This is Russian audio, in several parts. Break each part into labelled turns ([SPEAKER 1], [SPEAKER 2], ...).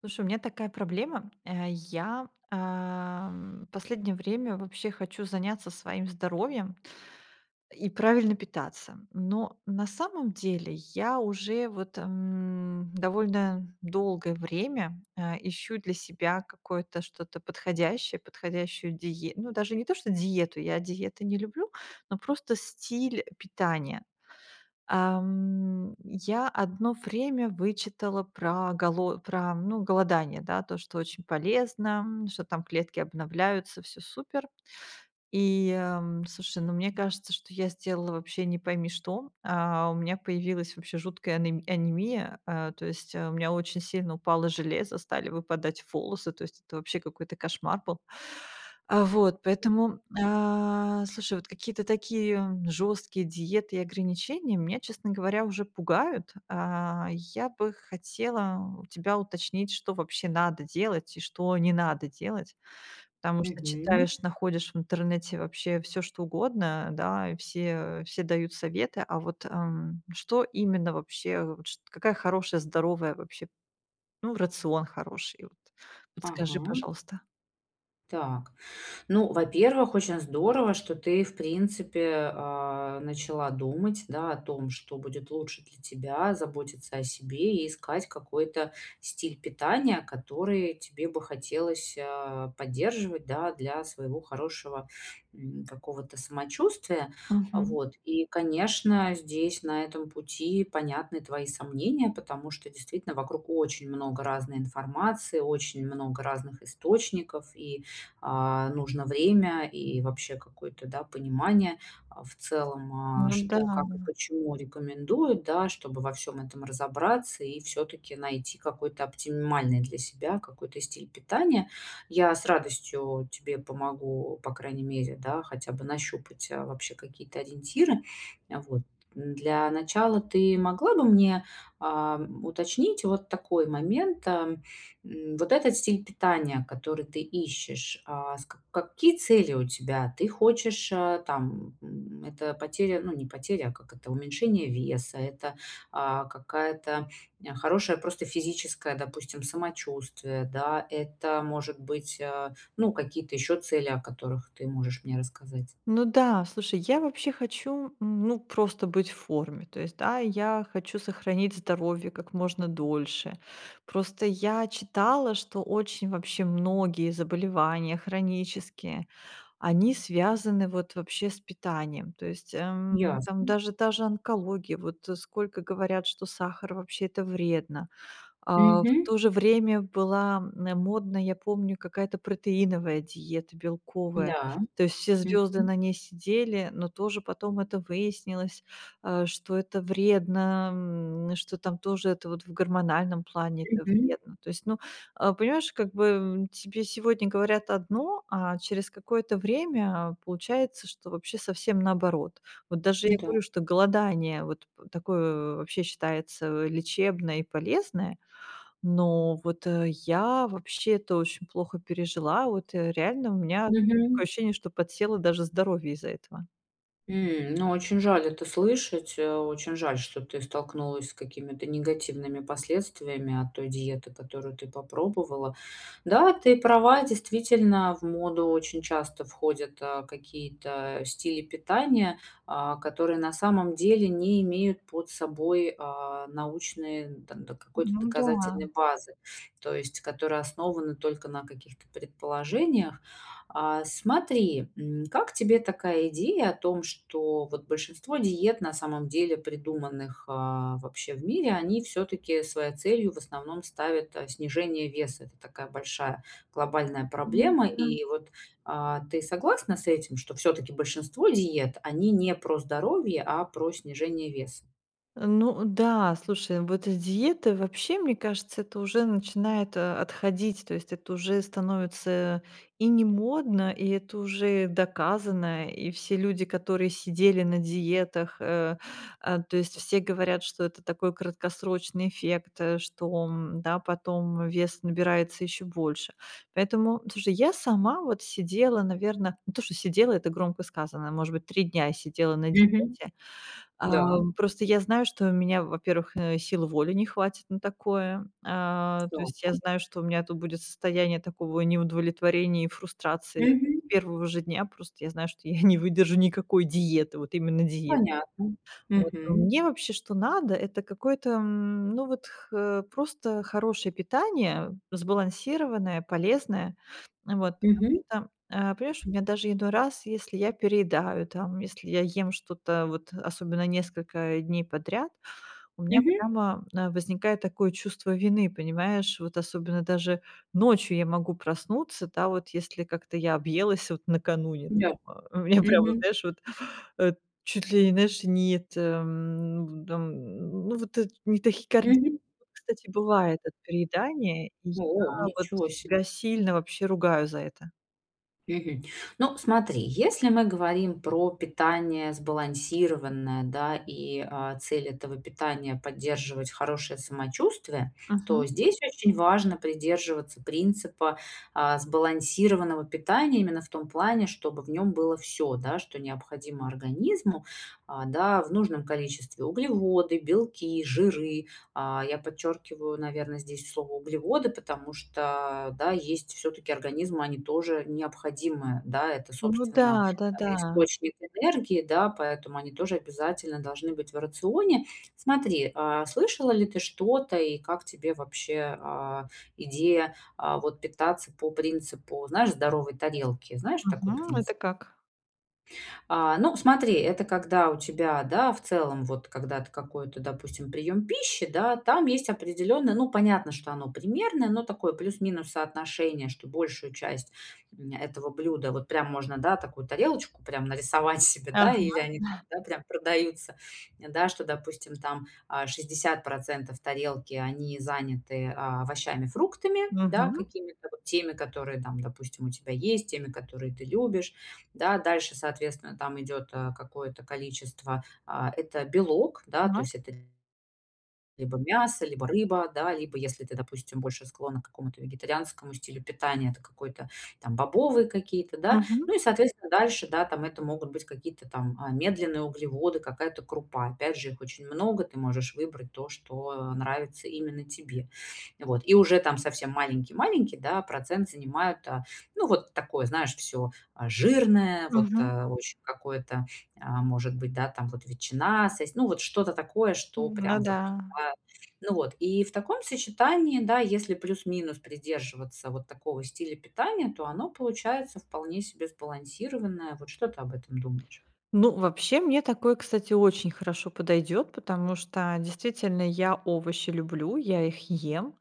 [SPEAKER 1] Слушай, у меня такая проблема. Я последнее время вообще хочу заняться своим здоровьем и правильно питаться. Но на самом деле я уже вот довольно долгое время ищу для себя какое-то что-то подходящее, подходящую диету. Ну, даже не то, что диету, я диеты не люблю, но просто стиль питания. Я одно время вычитала про ну, голодание, да, то, что очень полезно, что там клетки обновляются, все супер. И, слушай, ну, мне кажется, что я сделала вообще не пойми что. У меня появилась вообще жуткая анемия. То есть, у меня очень сильно упало железо, стали выпадать волосы. То есть это вообще какой-то кошмар был. Вот, поэтому, слушай, вот какие-то такие жесткие диеты и ограничения меня, честно говоря, уже пугают. Я бы хотела у тебя уточнить, что вообще надо делать и что не надо делать. Потому что
[SPEAKER 2] Мгм.
[SPEAKER 1] читаешь, находишь в интернете вообще все что угодно, да, и все дают советы. А вот, что именно вообще, вот чт какая хорошая, здоровая вообще, ну, рацион хороший, вот подскажи,
[SPEAKER 2] Ага.
[SPEAKER 1] пожалуйста.
[SPEAKER 2] Так. Ну, во-первых, очень здорово, что ты, в принципе, начала думать, да, о том, что будет лучше для тебя, заботиться о себе и искать какой-то стиль питания, который тебе бы хотелось поддерживать, да, для своего хорошего какого-то самочувствия.
[SPEAKER 1] Мгм.
[SPEAKER 2] Вот. И, конечно, здесь на этом пути понятны твои сомнения, потому что действительно вокруг очень много разной информации, очень много разных источников, и нужно время и вообще какое-то, да, понимание, в целом,
[SPEAKER 1] Ну да,
[SPEAKER 2] что,
[SPEAKER 1] да.
[SPEAKER 2] как и почему рекомендуют, да, чтобы во всем этом разобраться и все-таки найти какой-то оптимальный для себя какой-то стиль питания. Я с радостью тебе помогу, по крайней мере, да, хотя бы нащупать, вообще какие-то ориентиры. Вот. Для начала ты могла бы мне, а, уточнить вот такой момент, вот этот стиль питания, который ты ищешь, с ка какие цели у тебя? Ты хочешь, там, это потеря, ну, не потеря, а как это, уменьшение веса, это, какая-то, хорошая просто физическое, допустим, самочувствие, да, это может быть, ну, какие-то еще цели, о которых ты можешь мне рассказать.
[SPEAKER 1] Ну да, слушай, я вообще хочу, ну, просто быть в форме. То есть, да, я хочу сохранить здоровье как можно дольше. Просто я читала, что очень вообще многие заболевания хронические они связаны вот вообще с питанием. То есть, там
[SPEAKER 2] Ясно.
[SPEAKER 1] даже же онкология, вот, сколько говорят, что сахар вообще это вредно. В
[SPEAKER 2] Мгм.
[SPEAKER 1] то же время была, модная, я помню, какая-то протеиновая диета, белковая.
[SPEAKER 2] Да.
[SPEAKER 1] То есть все звезды
[SPEAKER 2] Мгм.
[SPEAKER 1] на ней сидели, но тоже потом это выяснилось, что это вредно, что там тоже это вот в гормональном плане это
[SPEAKER 2] Мгм.
[SPEAKER 1] вредно. То есть, ну, понимаешь, как бы, тебе сегодня говорят одно, а через какое-то время получается, что вообще совсем наоборот. Вот даже я
[SPEAKER 2] Да.
[SPEAKER 1] говорю, что голодание вот такое вообще считается лечебное и полезное, но вот, я вообще это очень плохо пережила. Вот, реально у меня
[SPEAKER 2] Мгм.
[SPEAKER 1] такое ощущение, что подсело даже здоровье из-за этого.
[SPEAKER 2] Ну, очень жаль это слышать. Очень жаль, что ты столкнулась с какими-то негативными последствиями от той диеты, которую ты попробовала. Да, ты права, действительно, в моду очень часто входят, какие-то стили питания, которые на самом деле не имеют под собой, научные, там, да, какой-то
[SPEAKER 1] Ну да.
[SPEAKER 2] доказательной базы, то есть которые основаны только на каких-то предположениях. Смотри, как тебе такая идея о том, что вот большинство диет, на самом деле, придуманных, вообще в мире, они все-таки своей целью в основном ставят, снижение веса. Это такая большая глобальная проблема.
[SPEAKER 1] М.
[SPEAKER 2] И вот, ты согласна с этим, что все-таки большинство диет, они не про здоровье, а про снижение веса?
[SPEAKER 1] Ну да, слушай, вот с диеты вообще, мне кажется, это уже начинает отходить, то есть это уже становится и не модно, и это уже доказано, и все люди, которые сидели на диетах, то есть все говорят, что это такой краткосрочный эффект, что да, потом вес набирается еще больше. Поэтому, слушай, я сама вот сидела, наверное, ну то, что сидела, это громко сказано, может быть, три дня я сидела на
[SPEAKER 2] Мгм.
[SPEAKER 1] диете.
[SPEAKER 2] Да,
[SPEAKER 1] Просто я знаю, что у меня, во-первых, сил воли не хватит на такое. То есть
[SPEAKER 2] да.
[SPEAKER 1] я знаю, что у меня тут будет состояние такого неудовлетворения и фрустрации
[SPEAKER 2] Мгм.
[SPEAKER 1] с первого же дня. Просто я знаю, что я не выдержу никакой диеты, вот именно диеты.
[SPEAKER 2] Понятно.
[SPEAKER 1] Вот. А
[SPEAKER 2] Мгм.
[SPEAKER 1] мне вообще что надо- это какое-то, ну, вот х просто хорошее питание, сбалансированное, полезное. Вот, потому
[SPEAKER 2] Мгм.
[SPEAKER 1] что, понимаешь, у меня даже иной раз, если я переедаю, там, если я ем что-то, вот особенно несколько дней подряд, у меня
[SPEAKER 2] Мгм.
[SPEAKER 1] прямо, возникает такое чувство вины, понимаешь? Вот особенно даже ночью я могу проснуться, да, вот если как-то я объелась вот накануне.
[SPEAKER 2] Да.
[SPEAKER 1] У меня прямо,
[SPEAKER 2] Мгм.
[SPEAKER 1] знаешь, вот Э, чуть ли, знаешь, нет, это, там, ну, вот это не тахикардия, вот,
[SPEAKER 2] Мгм.
[SPEAKER 1] кстати, бывает от переедания, и
[SPEAKER 2] О,
[SPEAKER 1] я вот
[SPEAKER 2] ничего
[SPEAKER 1] себя
[SPEAKER 2] себе.
[SPEAKER 1] сильно вообще ругаю за это.
[SPEAKER 2] Мгм. Ну, смотри, если мы говорим про питание сбалансированное, да, и цель этого питания поддерживать хорошее самочувствие,
[SPEAKER 1] Мгм.
[SPEAKER 2] то здесь очень важно придерживаться принципа сбалансированного питания именно в том плане, чтобы в нем было все, да, что необходимо организму, да, в нужном количестве углеводы, белки, жиры, я подчеркиваю, наверное, здесь слово углеводы, потому что, да, есть все-таки организмы, они тоже необходимы, да, это,
[SPEAKER 1] Ну да,
[SPEAKER 2] собственно,
[SPEAKER 1] да-да.
[SPEAKER 2] источник энергии, да, поэтому они тоже обязательно должны быть в рационе. Смотри, слышала ли ты что-то и как тебе вообще идея вот питаться по принципу, знаешь, здоровой тарелки, знаешь такой
[SPEAKER 1] Мгм.
[SPEAKER 2] принцип?
[SPEAKER 1] Это как?
[SPEAKER 2] Ну, смотри, это когда у тебя, да, в целом, вот когда ты какой-то, допустим, прием пищи, да, там есть определенное, ну, понятно, что оно примерное, но такое плюс-минус соотношение, что большую часть этого блюда, вот прям можно, да, такую тарелочку прям нарисовать себе, да, или
[SPEAKER 1] Ага.
[SPEAKER 2] они там, да, прям продаются, да, что, допустим, там 60% тарелки, они заняты овощами, фруктами, да,
[SPEAKER 1] Мгм.
[SPEAKER 2] какими-то вот теми, которые там, допустим, у тебя есть, теми, которые ты любишь, да, дальше, соответственно, там идет, какое-то количество, это белок, да, то
[SPEAKER 1] Так.
[SPEAKER 2] есть это либо мясо, либо рыба, да, либо если ты, допустим, больше склонна к какому-то вегетарианскому стилю питания, это какой-то там бобовые какие-то, да.
[SPEAKER 1] Мгм.
[SPEAKER 2] Ну и, соответственно, дальше, да, там это могут быть какие-то там медленные углеводы, какая-то крупа. Опять же, их очень много, ты можешь выбрать то, что нравится именно тебе. Вот. И уже там совсем маленький-маленький, да, процент занимают, ну, вот такое, знаешь, все жирное, вот
[SPEAKER 1] Мгм.
[SPEAKER 2] очень какое-то, может быть, да, там вот ветчина, сось, ну, вот что-то такое, что
[SPEAKER 1] Ну
[SPEAKER 2] прям
[SPEAKER 1] да.
[SPEAKER 2] вот а, ну вот, и в таком сочетании, да, если плюс-минус придерживаться вот такого стиля питания, то оно получается вполне себе сбалансированное. Вот что ты об этом думаешь?
[SPEAKER 1] Ну, вообще, мне такое, кстати, очень хорошо подойдет, потому что действительно я овощи люблю, я их ем.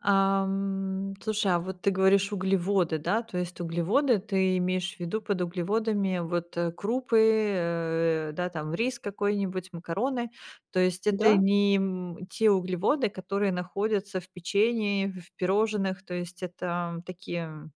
[SPEAKER 1] Слушай, а вот ты говоришь углеводы, да? То есть углеводы ты имеешь в виду под углеводами вот крупы, да, там рис какой-нибудь, макароны. То есть это
[SPEAKER 2] Да?
[SPEAKER 1] не те углеводы, которые находятся в печенье, в пирожных. То есть это такие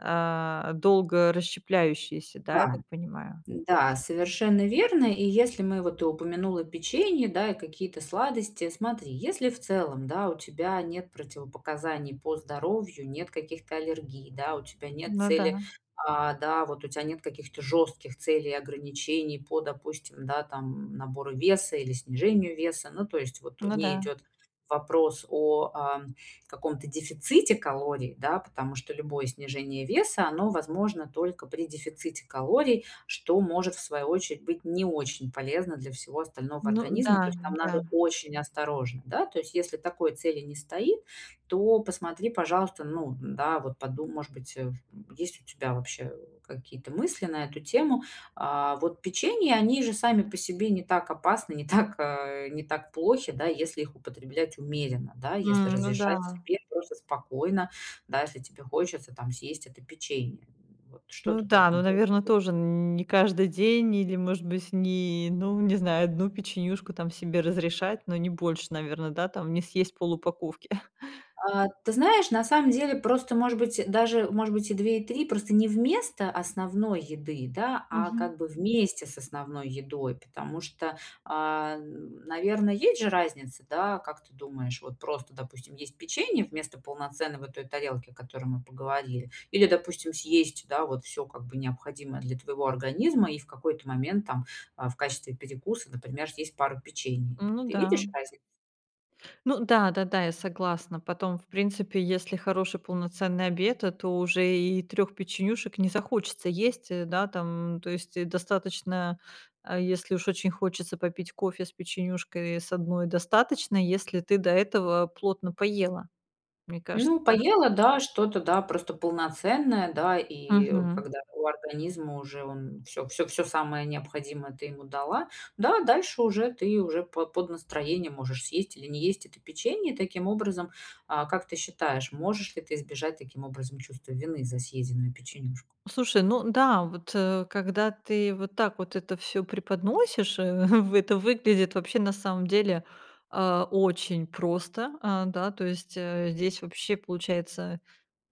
[SPEAKER 1] долго расщепляющиеся, да, я
[SPEAKER 2] Да.
[SPEAKER 1] так понимаю?
[SPEAKER 2] Да, совершенно верно. И если мы вот ты упомянула печенье, да, и какие-то сладости, смотри, если в целом, да, у тебя нет противопоказаний по здоровью, нет каких-то аллергий, да, у тебя нет
[SPEAKER 1] Ну да.
[SPEAKER 2] цели, да, вот у тебя нет каких-то жестких целей и ограничений по, допустим, да, там набору веса или снижению веса, ну, то есть вот
[SPEAKER 1] Ну да,
[SPEAKER 2] не идет вопрос о каком-то дефиците калорий, да, потому что любое снижение веса, оно возможно только при дефиците калорий, что может, в свою очередь, быть не очень полезно для всего остального
[SPEAKER 1] ну
[SPEAKER 2] организма. То
[SPEAKER 1] да,
[SPEAKER 2] есть там
[SPEAKER 1] да.
[SPEAKER 2] надо очень осторожно, да. То есть если такой цели не стоит, то посмотри, пожалуйста, ну да, вот подумай, может быть, есть у тебя вообще какие-то мысли на эту тему. Вот печенье, они же сами по себе не так опасны, не так, не так плохи, да, если их употреблять умеренно, да, если
[SPEAKER 1] Ну да.
[SPEAKER 2] разрешать себе просто спокойно, да, если тебе хочется там съесть это печенье. Вот что
[SPEAKER 1] Ну
[SPEAKER 2] ты по
[SPEAKER 1] да,
[SPEAKER 2] этому
[SPEAKER 1] ну,
[SPEAKER 2] поводу.
[SPEAKER 1] наверное тоже не каждый день или, может быть, не, ну, не знаю, одну печенюшку там себе разрешать, но не больше, наверное, да, там не съесть полупаковки.
[SPEAKER 2] Ты знаешь, на самом деле просто, может быть, даже, может быть, и 2 и 3 просто не вместо основной еды, да, а
[SPEAKER 1] Мгм.
[SPEAKER 2] как бы вместе с основной едой, потому что, наверное, есть же разница, да, как ты думаешь, вот просто, допустим, есть печенье вместо полноценного той тарелки, о которой мы поговорили, или, допустим, съесть, да, вот все, как бы необходимое для твоего организма и в какой-то момент там, в качестве перекуса, например, съесть пару печений.
[SPEAKER 1] Ну
[SPEAKER 2] Ты
[SPEAKER 1] да.
[SPEAKER 2] видишь разницу?
[SPEAKER 1] Ну да-да-да, я согласна. Потом, в принципе, если хороший полноценный обед, то уже и трех печенюшек не захочется есть, да, там. То есть, достаточно, если уж очень хочется попить кофе с печенюшкой, с одной, достаточно, если ты до этого плотно поела. Мне кажется,
[SPEAKER 2] Ну,
[SPEAKER 1] так?
[SPEAKER 2] поела, да, что-то, да, просто полноценное, да, и
[SPEAKER 1] Мгм.
[SPEAKER 2] когда у организма уже он все, все, все самое необходимое ты ему дала, да, дальше уже ты уже по под настроение можешь съесть или не есть это печенье. Таким образом, как ты считаешь, можешь ли ты избежать таким образом чувства вины за съеденную печенюшку?
[SPEAKER 1] Слушай, ну да, вот, когда ты вот так вот это все преподносишь, в это выглядит вообще на самом деле, очень просто. Да, то есть, здесь вообще получается,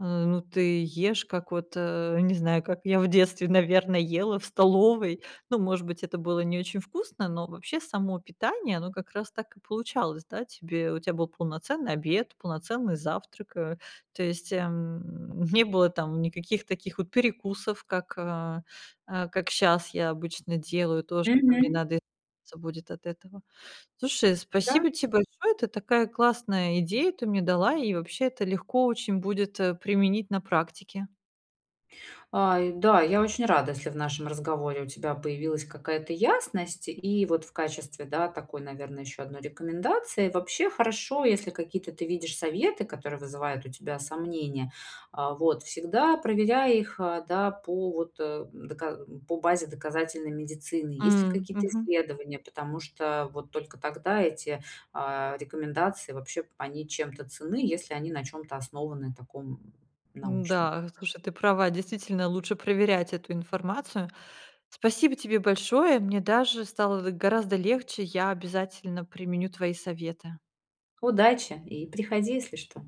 [SPEAKER 1] ну, ты ешь, как вот, не знаю, как я в детстве, наверное, ела в столовой. Ну, может быть, это было не очень вкусно, но вообще само питание, оно как раз так и получалось, да? Тебе у тебя был полноценный обед, полноценный завтрак, то есть, не было там никаких таких вот перекусов, как сейчас я обычно делаю. Тоже там не
[SPEAKER 2] Мгм.
[SPEAKER 1] надо избавляться будет от этого. Слушай,
[SPEAKER 2] Да.
[SPEAKER 1] спасибо тебе большое. Это такая классная идея ты мне дала, и вообще это легко очень будет, применить на практике.
[SPEAKER 2] И да, я очень рада, если в нашем разговоре у тебя появилась какая-то ясность. И вот в качестве, да, такой, наверное, еще одной рекомендации. Вообще хорошо, если какие-то ты видишь советы, которые вызывают у тебя сомнения. Всегда проверяй их, да, по вот по базе доказательной медицины. Есть ли
[SPEAKER 1] М,
[SPEAKER 2] какие-то
[SPEAKER 1] мгм.
[SPEAKER 2] исследования, потому что вот только тогда эти рекомендации вообще, они чем-то ценны, если они на чем-то основаны таком научном.
[SPEAKER 1] Да, слушай, ты права, действительно лучше проверять эту информацию. Спасибо тебе большое. Мне даже стало гораздо легче. Я обязательно применю твои советы.
[SPEAKER 2] Удачи и приходи, если что.